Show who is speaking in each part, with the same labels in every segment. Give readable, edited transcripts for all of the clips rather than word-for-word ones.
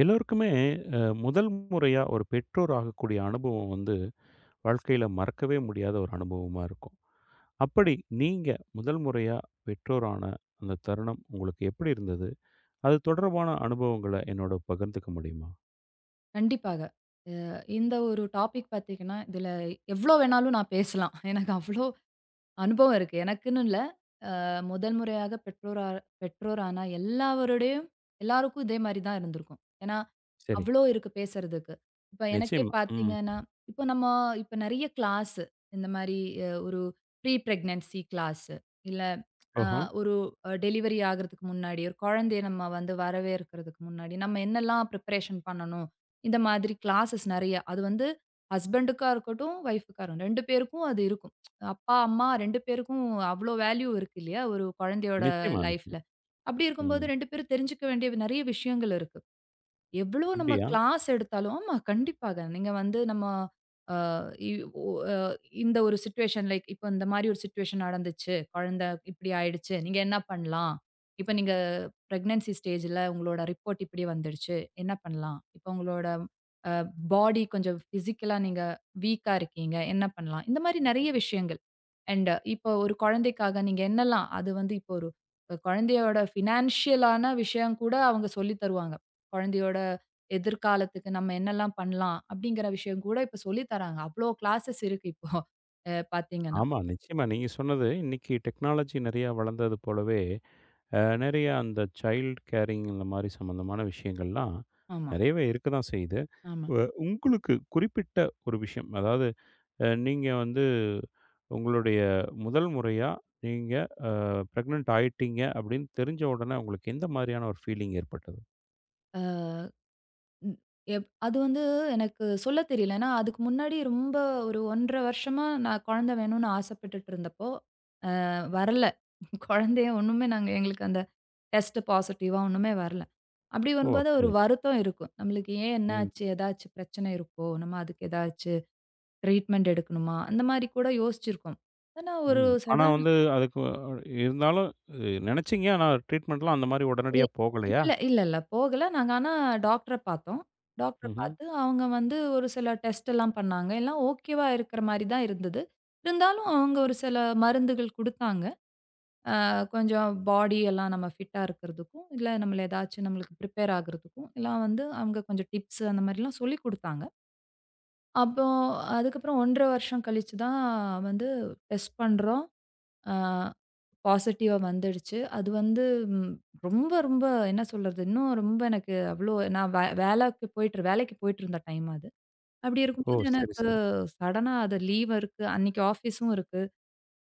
Speaker 1: எல்லோருக்குமே அ முதல் முறையா ஒரு பெற்றோர் ஆகக்கூடிய அனுபவம் வந்து, வாழ்க்கையில மறக்கவே முடியாத ஒரு அனுபவமா இருக்கும். அப்படி நீங்க முதல் முறையா பெற்றோரான அந்த தருணம் உங்களுக்கு எப்படி இருந்தது? அது தொடர்பான அனுபவங்கள என்னோட பகிர்ந்துக்க முடியுமா?
Speaker 2: கண்டிப்பாக. இந்த ஒரு டாபிக் பார்த்தீங்கன்னா, இதுல எவ்ளோ வேணாலும் நான் பேசலாம். எனக்கு அவ்ளோ அனுபவம் இருக்கு. எனக்குன்னு இல்ல. முதல் முறையாக பெற்றோரான எல்லாருக்கும் இதே மாரி தான் இருந்திருக்கும். ஏன்னா
Speaker 1: சரி.
Speaker 2: அவ்ளோ இருக்கு பேசுறதுக்கு. இப்ப எனக்கே
Speaker 1: நிச்சயமா. ம்.
Speaker 2: பார்த்தீங்கன்னா, இப்போ நம்ம இப்ப நெறைய கிளாஸு இந்த மாரி அ ஒரு ப்ரீ பிரெக்னன்சி கிளாஸு இல்ல அ
Speaker 1: ஓஹோ!
Speaker 2: ஒரு அ டெலிவரி ஆகுறதுக்கு முன்னாடி, ஒரு குழந்தைய நம்ம வந்து வரவேற்கிறதுக்கு முன்னாடி, நம்ம என்னலாம் ப்ரிப்பரேஷன் பண்ணணும்? இந்த மாதிரி கிளாஸஸ் நெறைய. அது வந்து ஹஸ்பண்டுக்கா இருக்கட்டும், ஒய்ஃப்‌க்கா இருக்கட்டும் 2 பேருக்கும் அது இருக்கும். அப்பா, அம்மா 2 பேருக்கும் அவ்ளோ வேல்யூ இருக்கு இல்லையா? ஒரு குழந்தையோட
Speaker 1: நிச்சயமா, நிச்சயமா.
Speaker 2: லைஃப்‌ல. அப்படி இருக்கும்போது
Speaker 1: ம்.
Speaker 2: 2 பேரும் தெரிஞ்சுக்க வேண்டிய நெறைய விஷயங்கள் இருக்கு. எவ்ளோ நம்ம
Speaker 1: அப்படியா?
Speaker 2: கிளாஸ் எடுத்தாலும் ஆமா, கண்டிப்பாக. நீங்க வந்து நம்ம அ இ ஒ அ இந்த ஒரு சிச்சுவேஷன் லைக் இப்ப இந்த மாரி ஒரு சிச்சுவேஷன் நடந்துச்சு. குழந்தை இப்படி ஆயிடுச்சு. நீங்க என்ன பண்ணலாம்? இப்ப நீங்க பிரெக்னன்சி ஸ்டேஜ்ல உங்களோட ரிப்போர்ட் இப்படி வந்துடுச்சு. என்ன பண்ணலாம்? இப்ப உங்களோட அ பாடி கொஞ்சம் பிசிக்கலா நீங்க வீக்கா இருக்கீங்க. என்ன பண்ணலாம்? இந்த மாரி நெறைய விஷயங்கள். அண்ட் இப்போ ஒரு குழந்தைக்காக நீங்க என்னலாம் அது வந்து இப்போ ஒரு குழந்தையோட ஃபினான்ஷியலான விஷயம் கூட அவங்க சொல்லி தருவாங்க. குழந்தையோட எதிர்காலத்துக்கு நம்ம என்னெல்லாம் பண்ணலாம்? அப்படிங்கிற விஷயம் கூட இப்ப சொல்லி தராங்க. அவ்ளோ கிளாஸஸ் இருக்கு இப்போ பார்த்தீங்கன்னா.
Speaker 1: ஆமா, நிச்சயமா. நீங்க சொன்னது இன்னைக்கு டெக்னாலஜி நெறையா வளர்ந்தது போலவே நெறைய அந்த சைல்ட் கேரிங் இந்த மாரி சம்மந்தமான விஷயங்கள்லாம்
Speaker 2: ஆமா,
Speaker 1: நெறையவே இருக்க தான் செய்யுது.
Speaker 2: ஆமா.
Speaker 1: வ உங்களுக்கு குறிப்பிட்ட ஒரு விஷயம், அதாவது நீங்க வந்து உங்களுடைய முதல் முறையா நீங்க அ பிரெக்னன்ட் ஆயிட்டீங்க அப்படின்னு தெரிஞ்ச உடனே உங்களுக்கு எந்த மாதிரியான ஒரு ஃபீலிங் ஏற்பட்டது?
Speaker 2: ம். அது வந்து எனக்கு சொல்ல தெரியல. ஏன்னா அதுக்கு முன்னாடி ரொம்ப ஒரு 1 1/2 வருஷமா நான் குழந்தை வேணும்னு ஆசைப்பட்டுட்டு இருந்தப்போ, வரல. குழந்தையே ஒண்ணுமே நாங்க எங்களுக்கு அந்த டெஸ்ட் பாசிட்டிவா ஒண்ணுமே வரல. அப்படி
Speaker 1: ஓ!
Speaker 2: வரும்போது ஒரு
Speaker 1: அப்படியா?
Speaker 2: வருத்தம் இருக்கும். நம்மளுக்கு ஏன் என்ன
Speaker 1: ம்,
Speaker 2: ஆச்சு? ஏதாச்சும் பிரச்சனை இருக்கோ? நம்ம அதுக்கு ஏதாச்சு ட்ரீட்மெண்ட் எடுக்கணுமா? அந்த மாரி கூட யோசிச்சிருக்கோம். ஆனா ஒரு
Speaker 1: ம். ஆனா
Speaker 2: சடன்
Speaker 1: வந்து அதுக்கு இருந்தாலும் அ நெனைச்சீங்க, ஆனா ட்ரீட்மெண்ட்லாம் அந்த மாரி
Speaker 2: இ
Speaker 1: உடனடியா போகலையா?
Speaker 2: இல்ல, இல்ல, இல்ல. போகல. நாங்க ஆனா டாக்டர பார்த்தோம். டாக்டர
Speaker 1: ம்ஹ்ம்.
Speaker 2: பார்த்து அவங்க வந்து ஒரு சில டெஸ்ட் எல்லாம் பண்ணாங்க. எல்லாம் ஓகேவா இருக்கிற மாரி தான் இருந்தது. இருந்தாலும் அவங்க ஒரு சில மருந்துகள் குடுத்தாங்க. கொஞ்சம் பாடி எல்லாம் நம்ம ஃபிட்டா இருக்கிறதுக்கும், இல்ல நம்மள ஏதாச்சும் நம்மளுக்கு ப்ரிப்பேர் ஆகுறதுக்கும், எல்லாம் வந்து அவங்க கொஞ்சம் டிப்ஸ் அந்த மாரிலாம் சொல்லிக் குடுத்தாங்க. அப்போ அதுக்கப்புறம் 1 1/2 வருஷம் கழிச்சு தான் வந்து டெஸ்ட் பண்றோம். ஆ பாசிட்டிவா வந்துடுச்சு. அது வந்து ம் ரொம்ப, ரொம்ப என்ன சொல்றது? இன்னும் ரொம்ப எனக்கு அவ்ளோ நான் வேலைக்கு வேலைக்கு போயிட்டுருந்த டைம் அது. அப்படி
Speaker 1: ஓ!
Speaker 2: இருக்கும்போது
Speaker 1: சரி,
Speaker 2: எனக்கு
Speaker 1: சரி.
Speaker 2: சடனா அது லீவ் இருக்கு. அன்னைக்கு ஆஃபீஸும் இருக்கு.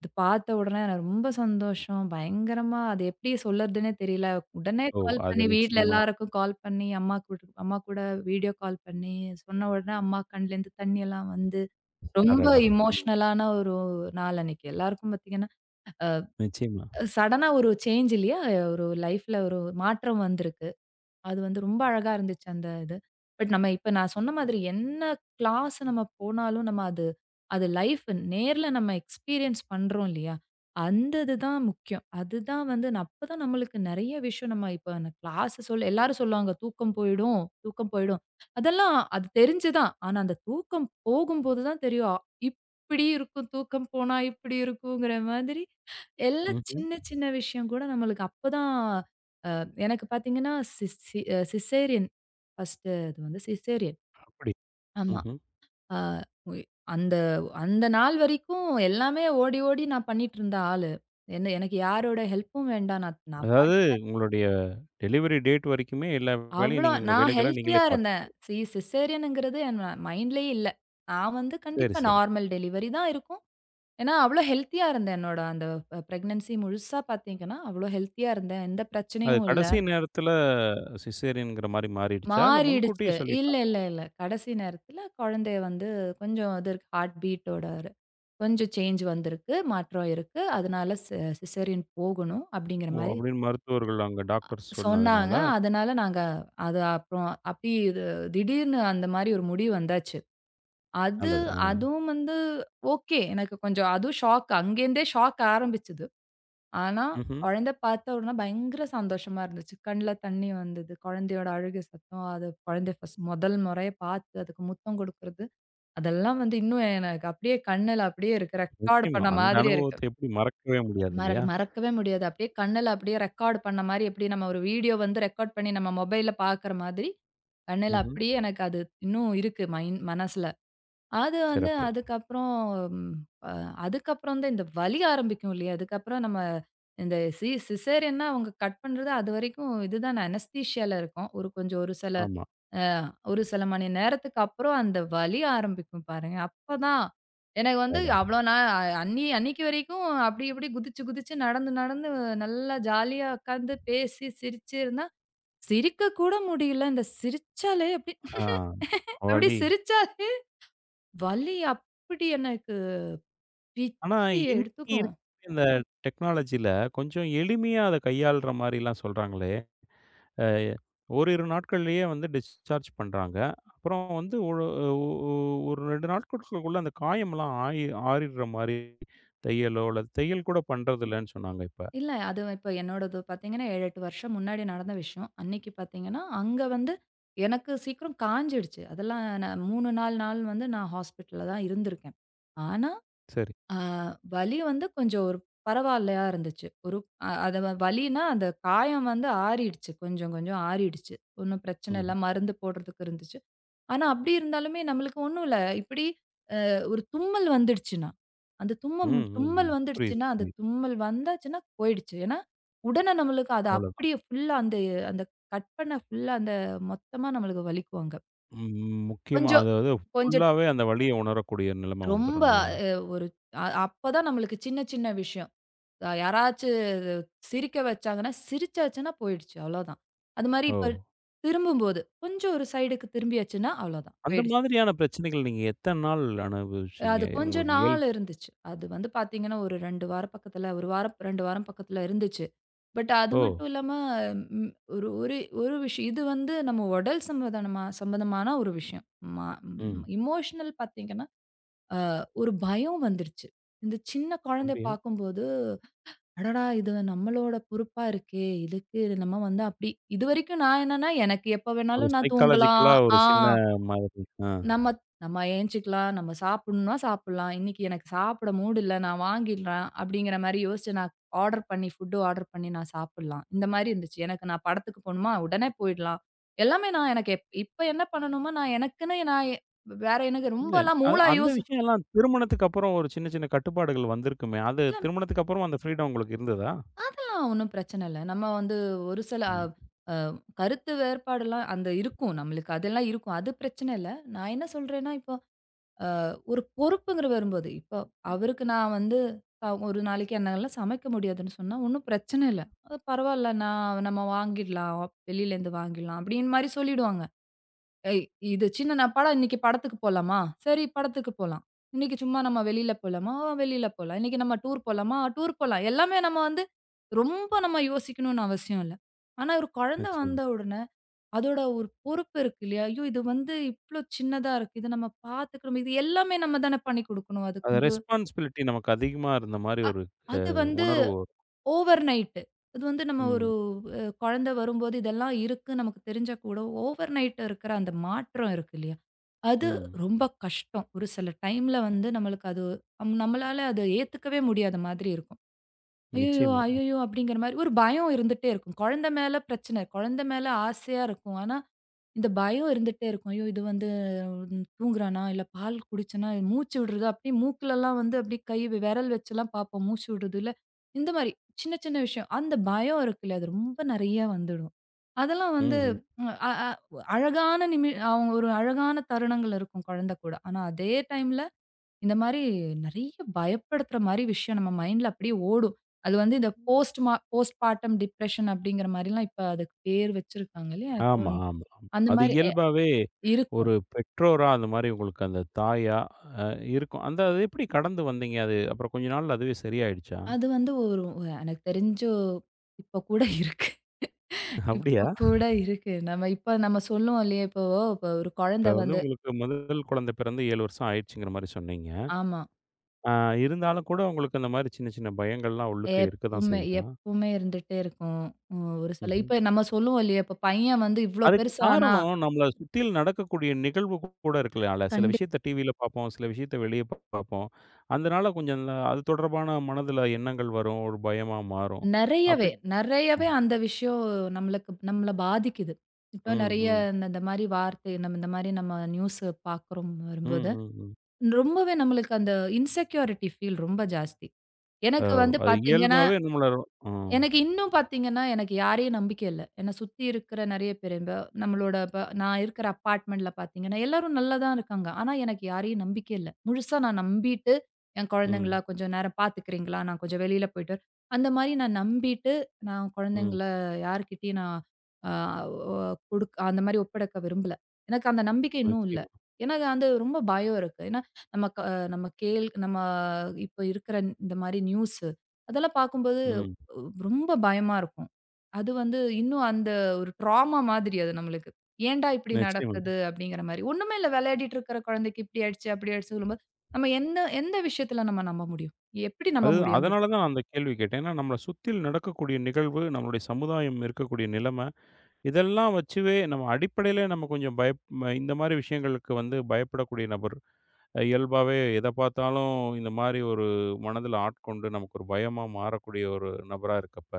Speaker 2: இது பார்த்த உடனே எனக்கு ரொம்ப சந்தோஷம். பயங்கரமா அது எப்படி சொல்லறதுன்னே தெரியல. உடனே
Speaker 1: ஓ!
Speaker 2: கால்
Speaker 1: அது
Speaker 2: பண்ணி வீட்ல
Speaker 1: நிச்சயமா.
Speaker 2: எல்லாருக்கும் கால் பண்ணி அம்மா கூட வீடியோ கால் பண்ணி சொன்ன உடனே அம்மா கண்லேருந்து தண்ணி எல்லாம் வந்து ரொம்ப
Speaker 1: அடடா! ம்.
Speaker 2: எமோஷனலான ஒரு நாள் அன்னைக்கு. எல்லாருக்கும் பார்த்தீங்கன்னா
Speaker 1: நிச்சயமா.
Speaker 2: சடனா ஒரு சேஞ்ச் இல்லையா? ஒரு லைஃப்ல ஒரு மாற்றம் வந்திருக்கு. அது வந்து ரொம்ப அழகா இருந்துச்சு அந்த இது. பட் நம்ம இப்ப நான் சொன்ன மாதிரி என்ன கிளாஸ் நம்ம போனாலும், நம்ம அது அது லைஃப் நேர்ல நம்ம எக்ஸ்பீரியன்ஸ் பண்றோம் இல்லையா? அந்த இதுதான் முக்கியம். அதுதான் வந்து அப்பதான் நம்மளுக்கு நெறைய விஷயம் நம்ம இப்ப கிளாஸ் சொல் எல்லாரும் சொல்லுவாங்க, "தூக்கம் போயிடும், தூக்கம் போயிடும்." அதெல்லாம் அது தெரிஞ்சு தான். ஆனா அந்த தூக்கம் போகும்போது தான் தெரியும். இப்படி இருக்கும் தூக்கம் போனா இப்படி இருக்குங்கிற மாதிரி, எல்லா
Speaker 1: ம்ஹ்ம்.
Speaker 2: சின்ன சின்ன விஷயம் கூட நம்மளுக்கு அப்பதான் எனக்கு பார்த்தீங்கன்னா, சிஸ் சி அ சிசேரியன். ஃபர்ஸ்ட்டு அது வந்து சிசேரியன்.
Speaker 1: அப்படி.
Speaker 2: ஆமா.
Speaker 1: ம்ஹ்ம்.
Speaker 2: ஆ உய் அந்த அந்த நாள் வரைக்கும் எல்லாமே ஓடி, ஓடி நான் பண்ணிட்டுருந்த ஆளு. என்ன எனக்கு யாரோட ஹெல்ப்பும் வேண்டாம். நான் நான்
Speaker 1: அதாவது
Speaker 2: பாட்டுக்கு
Speaker 1: உங்களுடைய டெலிவரி டேட் வரைக்குமே எல்லா வேலையும்
Speaker 2: அவ்ளோ
Speaker 1: நீங்க உங்க
Speaker 2: நான்
Speaker 1: வேலைகள
Speaker 2: ஹெல்த்தியா
Speaker 1: நீங்களே பார்த்து.
Speaker 2: இருந்தேன். சிசேரியனுங்கிறது என் மைண்ட்லயே இல்ல. நான் வந்து
Speaker 1: சரி,
Speaker 2: கண்டிப்பா
Speaker 1: சரி.
Speaker 2: நார்மல் டெலிவரி தான் இருக்கும். ஏன்னா, அவ்ளோ ஹெல்த்தியா இருந்தேன். என்னோட அந்த பிரெக்னன்சி முழுசா பார்த்தீங்கன்னா, அவ்ளோ ஹெல்த்தியா இருந்தேன். எந்த
Speaker 1: அது
Speaker 2: பிரச்சனையும் இல்ல.
Speaker 1: கடைசி நேரத்தில சிசேரியன்ங்கிற மாரி மாறிடுச்சா? இல்ல
Speaker 2: மாறிடுச்சு.
Speaker 1: முன்கூட்டியே
Speaker 2: இல்ல,
Speaker 1: சொல்லிட்டாங்களா?
Speaker 2: இல்ல, இல்ல. கடைசி நேரத்தில குழந்தைய வந்து கொஞ்சம் இது இருக்கு ஹார்ட் பீட்டோட கொஞ்சம் சேஞ்ச் வந்திருக்கு. மாற்றம் இருக்கு. அதனால சிசேரியன் போகணும் அப்படிங்கிற
Speaker 1: ஓ!
Speaker 2: மாரி
Speaker 1: அப்படின்னு மருத்துவர்கள் அங்க டாக்டர்ஸ் சொன்னதுனால.
Speaker 2: சொன்னாங்க. அதனால நாங்க அது அப்புறம் அப்படி இது திடீர்னு அந்த மாரி ஒரு முடிவு வந்தாச்சு. அது
Speaker 1: நல்லது. ஆ.
Speaker 2: அதுவும் வந்து ஓகே. எனக்கு கொஞ்சம் அதுவும் ஷாக். அங்கேருந்தே ஷாக் ஆரம்பிச்சது. ஆனா,
Speaker 1: ம்ஹ்ம்.
Speaker 2: குழந்த பார்த்த உடனே பயங்கர சந்தோஷமா இருந்துச்சு. கண்ல தண்ணி வந்தது. குழந்தையோட அழுகை சத்தம், அது குழந்தைய முதல் முறையா பார்த்து, அதுக்கு முத்தம் குடுக்குறது, அதெல்லாம் வந்து இன்னும் எனக்கு அப்படியே கண்ணுல அப்படியே இருக்கு. ரெக்கார்ட்
Speaker 1: நிச்சயமா.
Speaker 2: பண்ண
Speaker 1: அந்த
Speaker 2: மாதிரி இருக்கு.
Speaker 1: அனுபவத்த எப்படி மறக்கவே முடியாது இல்லையா?
Speaker 2: மறக்கவே முடியாது. அப்படியே கண்ணுல அப்படியே ரெக்கார்ட் பண்ண மாரி, எப்படி நம்ம ஒரு வீடியோ வந்து ரெக்கார்ட் பண்ணி நம்ம மொபைல்ல பார்க்குற மாதிரி, கண்ணுல
Speaker 1: ம்ஹ்ம்.
Speaker 2: அப்படியே எனக்கு அது இன்னும் இருக்கு மனசுல. அது வந்து
Speaker 1: சிறப்பு.
Speaker 2: அதுக்கப்புறம் அ அதுக்கப்புறம் தான் இந்த வலி ஆரம்பிக்கும் இல்லையா? அதுக்கப்புறம் நம்ம இந்த சிசேரியன்னா அவங்க கட் பண்றது அதுவரைக்கும் இதுதான் அனஸ்தீசியால இருக்கும். ஒரு கொஞ்சம் ஒரு சில
Speaker 1: ஆமா.
Speaker 2: அ ஒரு சில மணி நேரத்துக்கு அப்புறம் அந்த வலி ஆரம்பிக்கும் பாருங்க. அப்பதான் எனக்கு வந்து
Speaker 1: அடடா!
Speaker 2: அவ்வளோ நாள் அன்னிக்கு வரைக்கும் அப்படி இப்படி குதிச்சு குதிச்சு நடந்து நடந்து நல்லா ஜாலியா உட்காந்து பேசி சிரிச்சு இருந்தா, சிரிக்க கூட முடியல. இந்த சிரிச்சாலே அப்படி
Speaker 1: ஆ
Speaker 2: அப்படி
Speaker 1: வலி.
Speaker 2: சிரிச்சா வலி அப்படி எனக்கு
Speaker 1: ஆனா
Speaker 2: பிச்சி
Speaker 1: இன்னைக்கு
Speaker 2: எடுத்துக்கும்.
Speaker 1: இருக்க இந்த டெக்னாலஜில கொஞ்சம் எளிமையா அத கையாள்ற மாரிலாம் சொல்றாங்களே! அ ஓரிரு நாட்கள்லயே வந்து டிஸ்சார்ஜ் பண்றாங்க. அப்புறம் வந்து ஒரு ஒ ஒ ஒரு 2 நாட்களுக்குள்ள அந்த காயம்லாம் ஆறிடுற மாரி தையலோ, அல்லது தையல் கூட பண்றதில்லன்னு சொன்னாங்க இப்ப.
Speaker 2: இல்ல அது இப்ப என்னோடது பார்த்தீங்கன்னா 7, 8 வருஷம் முன்னாடி நடந்த விஷயம். அன்னைக்கு பார்த்தீங்கன்னா, அங்க வந்து எனக்கு சீக்கிரம் காய்ஞ்சிடுச்சு. அதெல்லாம் நான் 3 நாள் நாள் வந்து நான் ஹாஸ்பிட்டல்ல தான் இருந்திருக்கேன். ஆனா,
Speaker 1: சரி.
Speaker 2: அ வலி வந்து கொஞ்சம் ஒரு பரவாயில்லையா இருந்துச்சு. ஒரு அ அது வலின்னா அந்த காயம் வந்து ஆறிடுச்சு. கொஞ்சம் கொஞ்சம் ஆறிடுச்சு. ஒண்ணும் பிரச்சனை
Speaker 1: ம்.
Speaker 2: இல்ல. மருந்து போடுறதுக்கு இருந்துச்சு. ஆனா, அப்படி இருந்தாலுமே நம்மளுக்கு ஒண்ணும் இல்ல. இப்படி ஒரு தும்மல் வந்துடுச்சுன்னா, அந்த
Speaker 1: ம்,
Speaker 2: தும்மம்
Speaker 1: ம்,
Speaker 2: தும்மல்
Speaker 1: ம். புரியுது,
Speaker 2: வந்துடுச்சுன்னா, அந்த
Speaker 1: புரியுது.
Speaker 2: தும்மல் வந்தாச்சுன்னா போயிடுச்சு. ஏன்னா, உடனே நம்மளுக்கு அது
Speaker 1: அவ்வளோதான்.
Speaker 2: அப்படியே ஃபுல்லா அந்த அந்த கட் பண்ண ஃபுல்லா அந்த மொத்தமா நம்மளுக்கு வலிக்கும் அங்க.
Speaker 1: முக்கியமா
Speaker 2: கொஞ்சம்
Speaker 1: அதாவது
Speaker 2: கொஞ்சம்
Speaker 1: ஃபுல்லாவே அந்த வலிய உணரக்கூடிய நிலைமை வந்துரும்
Speaker 2: ரொம்ப
Speaker 1: இல்லையா?
Speaker 2: அ ஒரு அ அப்பதான் நம்மளுக்கு சின்ன சின்ன விஷயம். யாராச்சு சிரிக்க வச்சாங்கன்னா, சிரிச்சாச்சுன்னா போயிடுச்சு அவ்வளோதான். அது மாரி
Speaker 1: ஓ!
Speaker 2: இப்ப திரும்பும்போது, கொஞ்சம் ஒரு சைடுக்கு திரும்பியாச்சுன்னா அவ்வளோதான்
Speaker 1: அந்த
Speaker 2: போயிடுச்சு.
Speaker 1: மாதிரியான பிரச்சனைகள் நீங்க எத்தன நாள் அனுபவிச்சீங்க?
Speaker 2: அது கொஞ்ச
Speaker 1: உங்களுக்கு
Speaker 2: நாள்
Speaker 1: இயல்பு.
Speaker 2: இருந்துச்சு. அது வந்து பார்த்தீங்கன்னா, ஒரு 2 வாரம் பக்கத்துல 1 வாரம் 2 வாரம் பக்கத்துல இருந்துச்சு. பட் அது
Speaker 1: ஓ!
Speaker 2: மட்டும் இல்லாம ம் ஒரு ஒரு ஒரு விஷயம் இது வந்து நம்ம உடல் சம்பந்தமான ஒரு விஷயம். ம
Speaker 1: ம்.
Speaker 2: எமோஷனல் பார்த்தீங்கன்னா, ஒரு பயம் வந்துருச்சு. இந்த சின்ன குழந்தைய
Speaker 1: அப்படியா?
Speaker 2: பார்க்கும்போது, "அடடா! இது நம்மளோட பொறுப்பா இருக்கே! இதுக்கு நம்ம வந்து" அப்படி இதுவரைக்கும் நான் என்னன்னா, எனக்கு எப்ப
Speaker 1: ஒரு
Speaker 2: வேணாலும் நான் தூங்கலாம்.
Speaker 1: சைக்காலஜிக்கலா ஒரு
Speaker 2: ஆ.
Speaker 1: சின்ன மாதிரி. ஆ.
Speaker 2: நம்ம நம்ம ஏஞ்சுக்கலாம், நம்ம சாப்பிடணும்னா சாப்பிடலாம். இன்னைக்கு எனக்கு சாப்பிட மூடு இல்ல, நான் வாங்கிடுறேன் அப்படிங்கிற மாரி யோசிச்சு நான் ஆர்டர் பண்ணி ஃபுட் ஆர்டர் பண்ணி நான் சாப்பிடலாம். இந்த மாரி இருந்துச்சு. எனக்கு நான் படத்துக்கு போணுமா, உடனே போயிடலாம். எல்லாமே நான் எனக்கு இப்ப என்ன பண்ணணுமோ நான் எனக்குன்னு நான் வேற எனக்கு
Speaker 1: இல்ல.
Speaker 2: ரொம்பலாம் மூளா
Speaker 1: அந்த
Speaker 2: யூஸ்
Speaker 1: விஷயம் எல்லாம் திருமணத்துக்கு அப்புறம் ஒரு சின்ன, சின்ன கட்டுப்பாடுகள் வந்திருக்குமே! அது
Speaker 2: இல்ல
Speaker 1: திருமணத்துக்கு அப்புறம் அந்த ஃப்ரீடம் உங்களுக்கு இருந்ததா?
Speaker 2: அதெல்லாம் ஒண்ணும் பிரச்சனை இல்ல. நம்ம வந்து ஒரு சில அ
Speaker 1: ம்.
Speaker 2: அ கருத்து வேறுபாடுலாம் அந்த இருக்கும் நம்மளுக்கு. அதெல்லாம் இருக்கும். அது பிரச்சனை இல்ல. நான் என்ன சொல்றேன்னா, இப்ப ஒரு பொறுப்புங்கிற வரும்போது, இப்போ அவருக்கு நான் வந்து ஒரு நாளைக்கு என்னால சமைக்க முடியாதுன்னு சொன்னா, ஒண்ணும் பிரச்சனை இல்ல. பரவால்ல நான் நம்ம வாங்கிடலாம். வெளியிலேருந்து வாங்கிடலாம் அப்படின்னு மாரி சொல்லிடுவாங்க. ஏய் இது சின்ன நான் படம் இன்னைக்கு படத்துக்கு போலாமா? சரி படத்துக்கு போலாம். இன்னைக்கு சும்மா நம்ம வெளியில போலாமா? வெளியில போலாம். இன்னைக்கு நம்ம டூர் போலாமா? டூர் போலாம். எல்லாமே நம்ம வந்து ரொம்ப நம்ம யோசிக்கணும்னு அவசியம் இல்ல. ஆனா ஒரு குழந்தை வந்த
Speaker 1: நிச்சயமா.
Speaker 2: உடனே அதோட ஒரு பொறுப்பு இருக்கு இல்லையா? ஐயோ! இது வந்து இவ்ளோ சின்னதா இருக்கு. இத நம்ம பார்த்துக்கணும். இது எல்லாமே நம்ம தானே பண்ணி குடுக்கணும் அதுக்கு
Speaker 1: அது
Speaker 2: வந்து.
Speaker 1: ரெஸ்பான்சிபிலிட்டி நமக்கு அதிகமா இருந்த மாரி ஒரு அ
Speaker 2: அது வந்து
Speaker 1: உணர்வு வரும்.
Speaker 2: Over night. அது வந்து நம்ம ஒரு
Speaker 1: ம்.
Speaker 2: குழந்தை வரும்போது இதெல்லாம் இருக்கு நமக்கு தெரிஞ்சா கூட, ஓவர் நைட் இருக்கிற அந்த மாற்றம் இருக்கு இல்லையா? அது
Speaker 1: ம்.
Speaker 2: ரொம்ப கஷ்டம். ஒரு சில டைம்ல வந்து நம்மளுக்கு அது நம்மளால அத ஏத்துக்கவே முடியாத மாதிரி இருக்கும். "ஐயய்யோ!
Speaker 1: நிச்சயமா.
Speaker 2: ஐயய்யோ!" அப்படிங்கிற மாரி ஒரு பயம் இருந்துட்டே இருக்கும். குழந்தை மேல பிரச்சனை. குழந்தை மேல ஆசையா இருக்கும். ஆனா இந்த பயம் இருந்துட்டே இருக்கும். ஐயோ! இது வந்து தூங்குறானா? இல்ல பால் குடிச்சனா மூச்சு விடுறது அப்படியே மூக்குலலாம் வந்து அப்படியே கை விரல் வச்சுலாம் பார்ப்போம். மூச்சு விடுறது இல்ல. இந்த மாரி சின்ன, சின்ன விஷயம். அந்த பயம் இருக்குல்ல, அது ரொம்ப நெறையா வந்துடும். அதெல்லாம் வந்து
Speaker 1: ம்ஹ்ம்.
Speaker 2: ம், அ அ அழகான அவங்க ஒரு அழகான தருணங்கள் இருக்கும் குழந்தை கூட. ஆனா அதே டைம்ல இந்த மாரி நெறைய பயப்படுத்துற மாரி விஷயம் நம்ம மைண்ட்ல அப்படியே ஓடும். அது வந்து இந்த போஸ்ட் பார்டம் டிப்ரஷன் அப்படிங்கிற மாரிலாம் இப்ப அதுக்கு பேர் வச்சிருக்காங்க இல்லையா? இப்ப
Speaker 1: ஆமா,
Speaker 2: வந்து
Speaker 1: ஆமா, ஆமா.
Speaker 2: அந்த
Speaker 1: அது
Speaker 2: மாரி
Speaker 1: இயல்பாவே
Speaker 2: இருக்கும்.
Speaker 1: ஒரு பெற்றோரா அந்த மாரி உங்களுக்கு அந்த தாயா அ இருக்கும். அந்த அது எப்படி கடந்து வந்தீங்க? அது அப்புறம் கொஞ்ச நாள்ல அதுவே சரியாயிடுச்சா?
Speaker 2: அது வந்து ஒரு ஒரு- எனக்கு தெரிஞ்சு இப்ப கூட இருக்கு.
Speaker 1: அப்படியா?
Speaker 2: இப்ப கூட இருக்கு. நம்ம இப்ப நம்ம சொல்லுவோம் இல்லையா? இப்போ இப்போ ஒரு
Speaker 1: இப்ப
Speaker 2: குழந்தை
Speaker 1: வந்து
Speaker 2: வந்து
Speaker 1: உங்களுக்கு முதல் குழந்தை பிறந்து 7 வருஷம் ஆயிடுச்சுங்கிற மாரி சொன்னீங்க.
Speaker 2: ஆமா.
Speaker 1: ஆ, இருந்தாலும் கூட உங்களுக்கு அந்த மாரி சின்ன, சின்ன பயங்கள்லாம் உள்ளுக்கு இருக்க தான்
Speaker 2: எப்பவுமே
Speaker 1: செய்யுதா?
Speaker 2: எப்பவுமே இருந்துட்டே இருக்கும். ஒரு சில
Speaker 1: ம்ஹ்ம்.
Speaker 2: இப்ப நம்ம சொல்லுவோம் இல்லையா? இப்ப பையன் வந்து இவ்ளோ
Speaker 1: அதுக்கு
Speaker 2: பெருசானா
Speaker 1: காரணம் நம்மள சுத்தியில் நடக்கக்கூடிய நிகழ்வு கூட இருக்கலாம்ல. சில
Speaker 2: கண்டி
Speaker 1: விஷயத்த டிவியில பார்ப்போம், சில விஷயத்த வெளிய பார்ப்போம். அதனால கொஞ்சம் இந்த அது தொடர்பான மனதில எண்ணங்கள் வரும், ஒரு பயமா மாறும்.
Speaker 2: நெறையவே
Speaker 1: அப்படி.
Speaker 2: நெறையவே
Speaker 1: ம்,
Speaker 2: அந்த விஷயம் நம்மளுக்கு நம்மள பாதிக்குது. இப்ப
Speaker 1: ம்,
Speaker 2: நெறைய
Speaker 1: ம்,
Speaker 2: இந்த இந்த மாரி வார்த்தை நம்ம இந்த மாரி நம்ம நியூஸ் பார்க்குறோம்
Speaker 1: ம்,
Speaker 2: வரும்போது
Speaker 1: ம், ம்.
Speaker 2: ரொம்பவே நம்மளுக்கு அந்த இன்செக்யூரிட்டி ஃபீல் ரொம்ப ஜாஸ்தி.
Speaker 1: ஓ!
Speaker 2: எனக்கு வந்து
Speaker 1: அது
Speaker 2: பார்த்தீங்கன்னா,
Speaker 1: இயல்பாவே நம்மள. ம்,
Speaker 2: எனக்கு இன்னும் பார்த்தீங்கன்னா, எனக்கு யாரையும் நம்பிக்கை இல்ல. என்ன சுத்தி இருக்கிற நெறைய பேரு, இப்ப நான் இருக்கிற அபார்ட்மெண்ட்ல பார்த்தீங்கன்னா, எல்லாரும் நல்லா தான் இருக்காங்க. ஆனா, எனக்கு யாரையும் நம்பிக்கை இல்ல. முழுசா நான் நம்பிட்டு, என் குழந்தைங்கள
Speaker 1: ம்,
Speaker 2: கொஞ்சம் நேரம் பார்த்துக்கிறீங்களா? நான் கொஞ்சம் வெளியில போயிட்டு அந்த மாரி நான் நம்பிட்டு, நான்
Speaker 1: ம்.
Speaker 2: குழந்தைங்கள யார்கிட்டயும் நான் அ ஒ குடுக் அந்த மாரி ஒப்படைக்க விரும்பல. எனக்கு அந்த நம்பிக்கை இன்னும் இல்ல.
Speaker 1: நிச்சயமா.
Speaker 2: எனக்கு அந்த ரொம்ப பயம் இருக்கு. ஏன்னா, நம்ம க நம்ம கேள் நம்ம இப்ப இருக்கிற இந்த மாரி நியூஸு, அதெல்லாம் பார்க்கும்போது
Speaker 1: ம்.
Speaker 2: ரொம்ப பயமா இருக்கும். அது வந்து இன்னும் அந்த ஒரு ட்ராமா மாதிரி அது நம்மளுக்கு. ஏன்டா இப்படி
Speaker 1: நிச்சயமா.
Speaker 2: நடக்குது? அப்படிங்கிற மாரி. ஒண்ணுமே இல்ல விளையாடிட்டு இருக்கிற குழந்தைக்கு இப்படி ஆயிடுச்சு, அப்படி ஆயிடுச்சு சொல்லும்போது, நம்ம எந்த எந்த விஷயத்துல நம்ம நம்ப முடியும்? எப்படி நம்ப
Speaker 1: அது
Speaker 2: முடியும்ன்னு
Speaker 1: அதனால தான் அந்த கேள்வி கேட்டேன். ஏன்னா நம்மள சுத்தியில் நடக்கக்கூடிய நிகழ்வு, நம்மளுடைய சமுதாயம் இருக்கக்கூடிய நிலைம இதெல்லாம் வச்சுவே நம்ம அடிப்படையிலே நம்ம கொஞ்சம் பயப் ம இந்த மாரி விஷயங்களுக்கு வந்து பயப்படக்கூடிய நபர். இயல்பாவே எத பார்த்தாலும் இந்த மாரி ஒரு மனதில ஆட்கொண்டு நமக்கு ஒரு பயமா மாறக்கூடிய ஒரு நபரா இருக்கப்ப,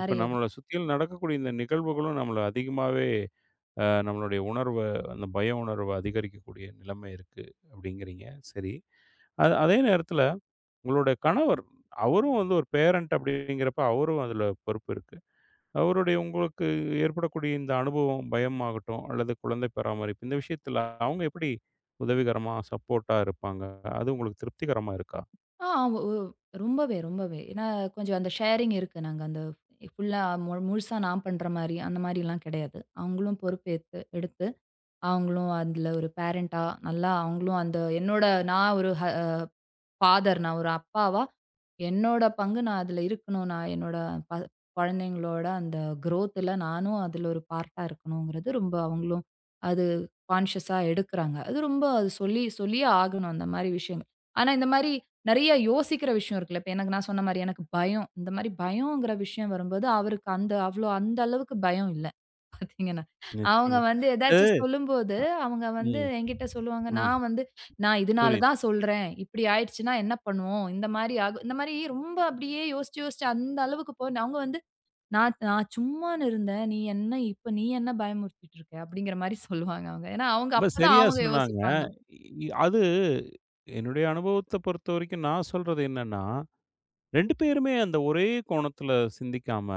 Speaker 1: இப்ப நம்மள சுத்தியிலும் நடக்கக்கூடிய இந்த நிகழ்வுகளும் நம்மள அதிகமாவே நம்மளுடைய உணர்வ, அந்த பய உணர்வ அதிகரிக்கக்கூடிய நிலைமை இருக்கு அப்படிங்கிறீங்க. சரி. அது அதே நேரத்தில உங்களுடைய கணவர், அவரும் வந்து ஒரு பேரண்ட் அப்படிங்கிறப்ப அவரும் அதில பொறுப்பு இருக்கு. அவருடைய உங்களுக்கு ஏற்படக்கூடிய இந்த அனுபவம், பயம் ஆகட்டும், அல்லது குழந்தை பராமரிப்பு இந்த விஷயத்துல அவங்க எப்படி உதவிகரமா, சப்போர்ட்டா இருப்பாங்க? அது உங்களுக்கு திருப்திகரமா இருக்கா?
Speaker 2: ஆ ஒ ரொம்பவே, ரொம்பவே. ஏன்னா கொஞ்சம் அந்த ஷேரிங் இருக்கு. நாங்க அந்த ஃபுல்லா முழுசா நான் பண்ற மாரி, அந்த மாரிலாம் கிடையாது. அவங்களும் பொறுப்பேத்து எடுத்து, அவங்களும் அதுல ஒரு பேரண்டா நல்லா அவங்களும் அந்த என்னோட நான் ஒரு ஹஸ் ஃபாதர் நான் ஒரு அப்பாவா, என்னோட பங்கு நான் அதுல இருக்கணும். நான் என்னோட ப குழந்தைங்களோட அந்த குரோத்ல நானும் அதுல ஒரு பார்ட்டா இருக்கணுங்கிறது ரொம்ப அவங்களும் அது கான்ஷியஸா எடுக்குறாங்க. அது ரொம்ப அது சொல்லி சொல்லியே ஆகணும் அந்த மாரி விஷயங்கள். ஆனா இந்த மாரி நெறைய யோசிக்கிற விஷயம் இருக்குல்ல. இப்ப எனக்கு நான் சொன்ன மாரி எனக்கு பயம். இந்த மாரி பயம்ங்கிற விஷயம் வரும்போது, அவருக்கு அந்த அவ்ளோ அந்த அளவுக்கு பயம் இல்ல. பாத்தீங்கன்னா, அவங்க
Speaker 1: நிச்சயமா.
Speaker 2: வந்து ஏதாச்சும்
Speaker 1: அது.
Speaker 2: சொல்லும்போது, அவங்க வந்து
Speaker 1: ம்,
Speaker 2: என்கிட்ட சொல்லுவாங்க.
Speaker 1: ம்.
Speaker 2: நான் வந்து நான் இதனால
Speaker 1: புரியுது.
Speaker 2: தான் சொல்றேன். இப்படி ஆயிடுச்சுன்னா என்ன பண்ணுவோம்? இந்த மாரி ஆகும். இந்த மாரி ரொம்ப அப்படியே யோசிச்சு, யோசிச்சு அந்த அளவுக்கு அவங்க வந்து "நான் நான் சும்மான்னு இருந்தேன். நீ என்ன இப்ப நீ என்ன பயமுறுத்திட்டு இருக்க?" அப்படிங்கிற மாரி சொல்லுவாங்க அவங்க. ஏன்னா அவங்க
Speaker 1: ரொம்ப
Speaker 2: அப்பதான்
Speaker 1: சரியா
Speaker 2: அவங்க
Speaker 1: சொன்னாங்க.
Speaker 2: யோசிப்பாங்க.
Speaker 1: அது என்னுடைய அனுபவத்த பொறுத்தவரைக்கும் நான் சொல்றது என்னன்னா, 2 பேருமே அந்த ஒரே கோணத்துல சிந்திக்காம,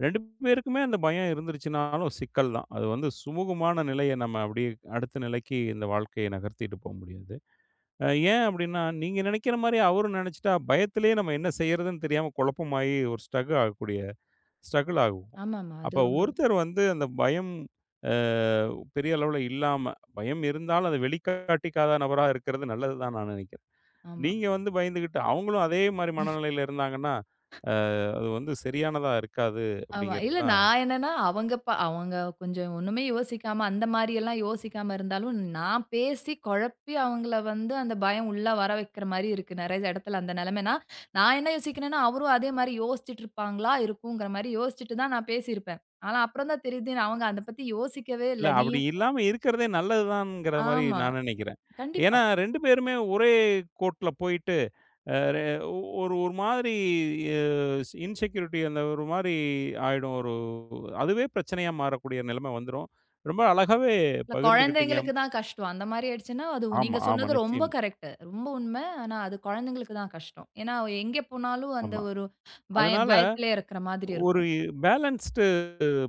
Speaker 1: 2 பேருக்குமே அந்த பயம் இருந்துருச்சுனாலும் சிக்கல் தான். அது வந்து சுமூகமான நிலைய நம்ம அப்படியே அடுத்த நிலைக்கு இந்த வாழ்க்கைய நகர்த்திட்டு போ முடியாது. ஏன் அப்டின்னா, நீங்க நெனைக்கிற மாரி அவரும் நெனச்சுட்டா, பயத்திலேயே நம்ம என்ன செய்றதுன்னு தெரியாம குழப்பமாயி ஒரு ஸ்ட்ரக் ஆகக்கூடிய ஸ்ட்ரகிள் ஆகுவோம்.
Speaker 2: ஆமாமா.
Speaker 1: அப்ப
Speaker 2: அது ரொம்ப
Speaker 1: ஒருத்தர் வந்து அந்த பயம் அ பெரிய அளவுல இல்லாம, பயம் இருந்தாலும் அத வெளிக்காட்டிக்காத நபரா இருக்கிறது நல்லது தான் நான் நெனைக்கிறேன்.
Speaker 2: ஆமா.
Speaker 1: நீங்க வந்து பயந்துகிட்டு, அவங்களும் அதே மாரி மனநிலையில இருந்தாங்கன்னா, அது வந்து சரியானதா இருக்காது
Speaker 2: ஆமா.
Speaker 1: அப்டிங்கிறது
Speaker 2: இல்ல
Speaker 1: தான்.
Speaker 2: நான் என்னன்னா, அவங்க கொஞ்சம் ஒண்ணுமே யோசிக்காம, அந்த மாரியெல்லாம் யோசிக்காம இருந்தாலும், நான் பேசி குழப்பி அவங்கள வந்து அந்த பயம் உள்ள வர வைக்கிற மாரி இருக்கு. நெறைய இடத்துல அந்த நிலைமைனா, நான் என்ன யோசிக்கிறேன்னா, அவரும் அதே மாரி யோசிச்சுட்டு இருப்பாங்களா இருக்குங்கிற மாரி யோசிச்சுட்டு தான் நான் பேசியிருப்பேன். ஆனா அப்புறம் தான் தெரியுது, அவங்க அத பத்தி யோசிக்கவே இல்ல.
Speaker 1: இல்ல அப்டி
Speaker 2: நீயும்
Speaker 1: இல்லாம இருக்கிறதே நல்லது தான்ங்கிற மாரி
Speaker 2: ஆமா.
Speaker 1: நான் நெனைக்கிறேன்.
Speaker 2: கண்டிப்பா.
Speaker 1: ஏன்னா 2 பேருமே ஒரே கோட்ல போயிட்டு அ ரெ ஒ- ஒரு ஒரு மாதிரி அ இன்செக்யூரிட்டி அந்த ஒரு மாரி ஆயிடும். அதுவே பிரச்சனையா மாறக்கூடிய நிலைமை வந்துரும். ரொம்ப அழகாவே
Speaker 2: இல்ல
Speaker 1: பகிர்ந்துக்கிட்டீங்க.
Speaker 2: குழந்தைங்களுக்கு தான் கஷ்டம். அந்த மாரி ஆயிடுச்சுன்னா, அது
Speaker 1: ஆமா,
Speaker 2: நீங்க
Speaker 1: ஆமா.
Speaker 2: சொன்னது ரொம்ப
Speaker 1: நிச்சயமா.
Speaker 2: கரெக்ட்டு. ரொம்ப உண்ம. ஆனா, அது குழந்தைங்களுக்கு தான் கஷ்டம். ஏன்னா, எங்கே போனாலும் அந்த
Speaker 1: ஆமா.
Speaker 2: ஒரு
Speaker 1: அதனால
Speaker 2: பயத்திலே இருக்கிற மாதிரி
Speaker 1: ஒரு
Speaker 2: இருக்கும்.
Speaker 1: பேலன்ஸ்டு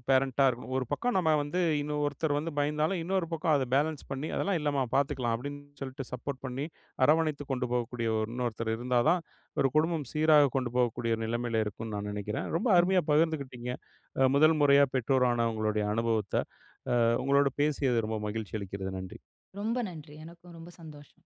Speaker 1: பேரன்ட்டா இருக்கணும். ஒரு பக்கம் நம்ம வந்து இன்னும் ஒருத்தர் வந்து பயந்தாலும், இன்னொரு பக்கம் அத பேலன்ஸ் பண்ணி, "அதெல்லாம் இல்லம்மா பார்த்துக்கலாம்" அப்படின்னு சொல்லிட்டு சப்போர்ட் பண்ணி, அரவணைத்து கொண்டு போகக்கூடிய ஒரு இன்னொருத்தர் இருந்தா தான், ஒரு குடும்பம் சீராக கொண்டு போகக்கூடிய ஒரு நிலைமையில இருக்கும்னு நான் நினைக்கிறேன். ரொம்ப
Speaker 2: ம்.
Speaker 1: அருமையா பகிர்ந்துக்கிட்டீங்க. முதல் முறையா பெற்றோரான உங்களுடைய அனுபவத்த. அ உங்களோட பேசியது ரொம்ப மகிழ்ச்சி அளிக்கிறது. நன்றி.
Speaker 2: ரொம்ப நன்றி. எனக்கும் ரொம்ப சந்தோஷம்.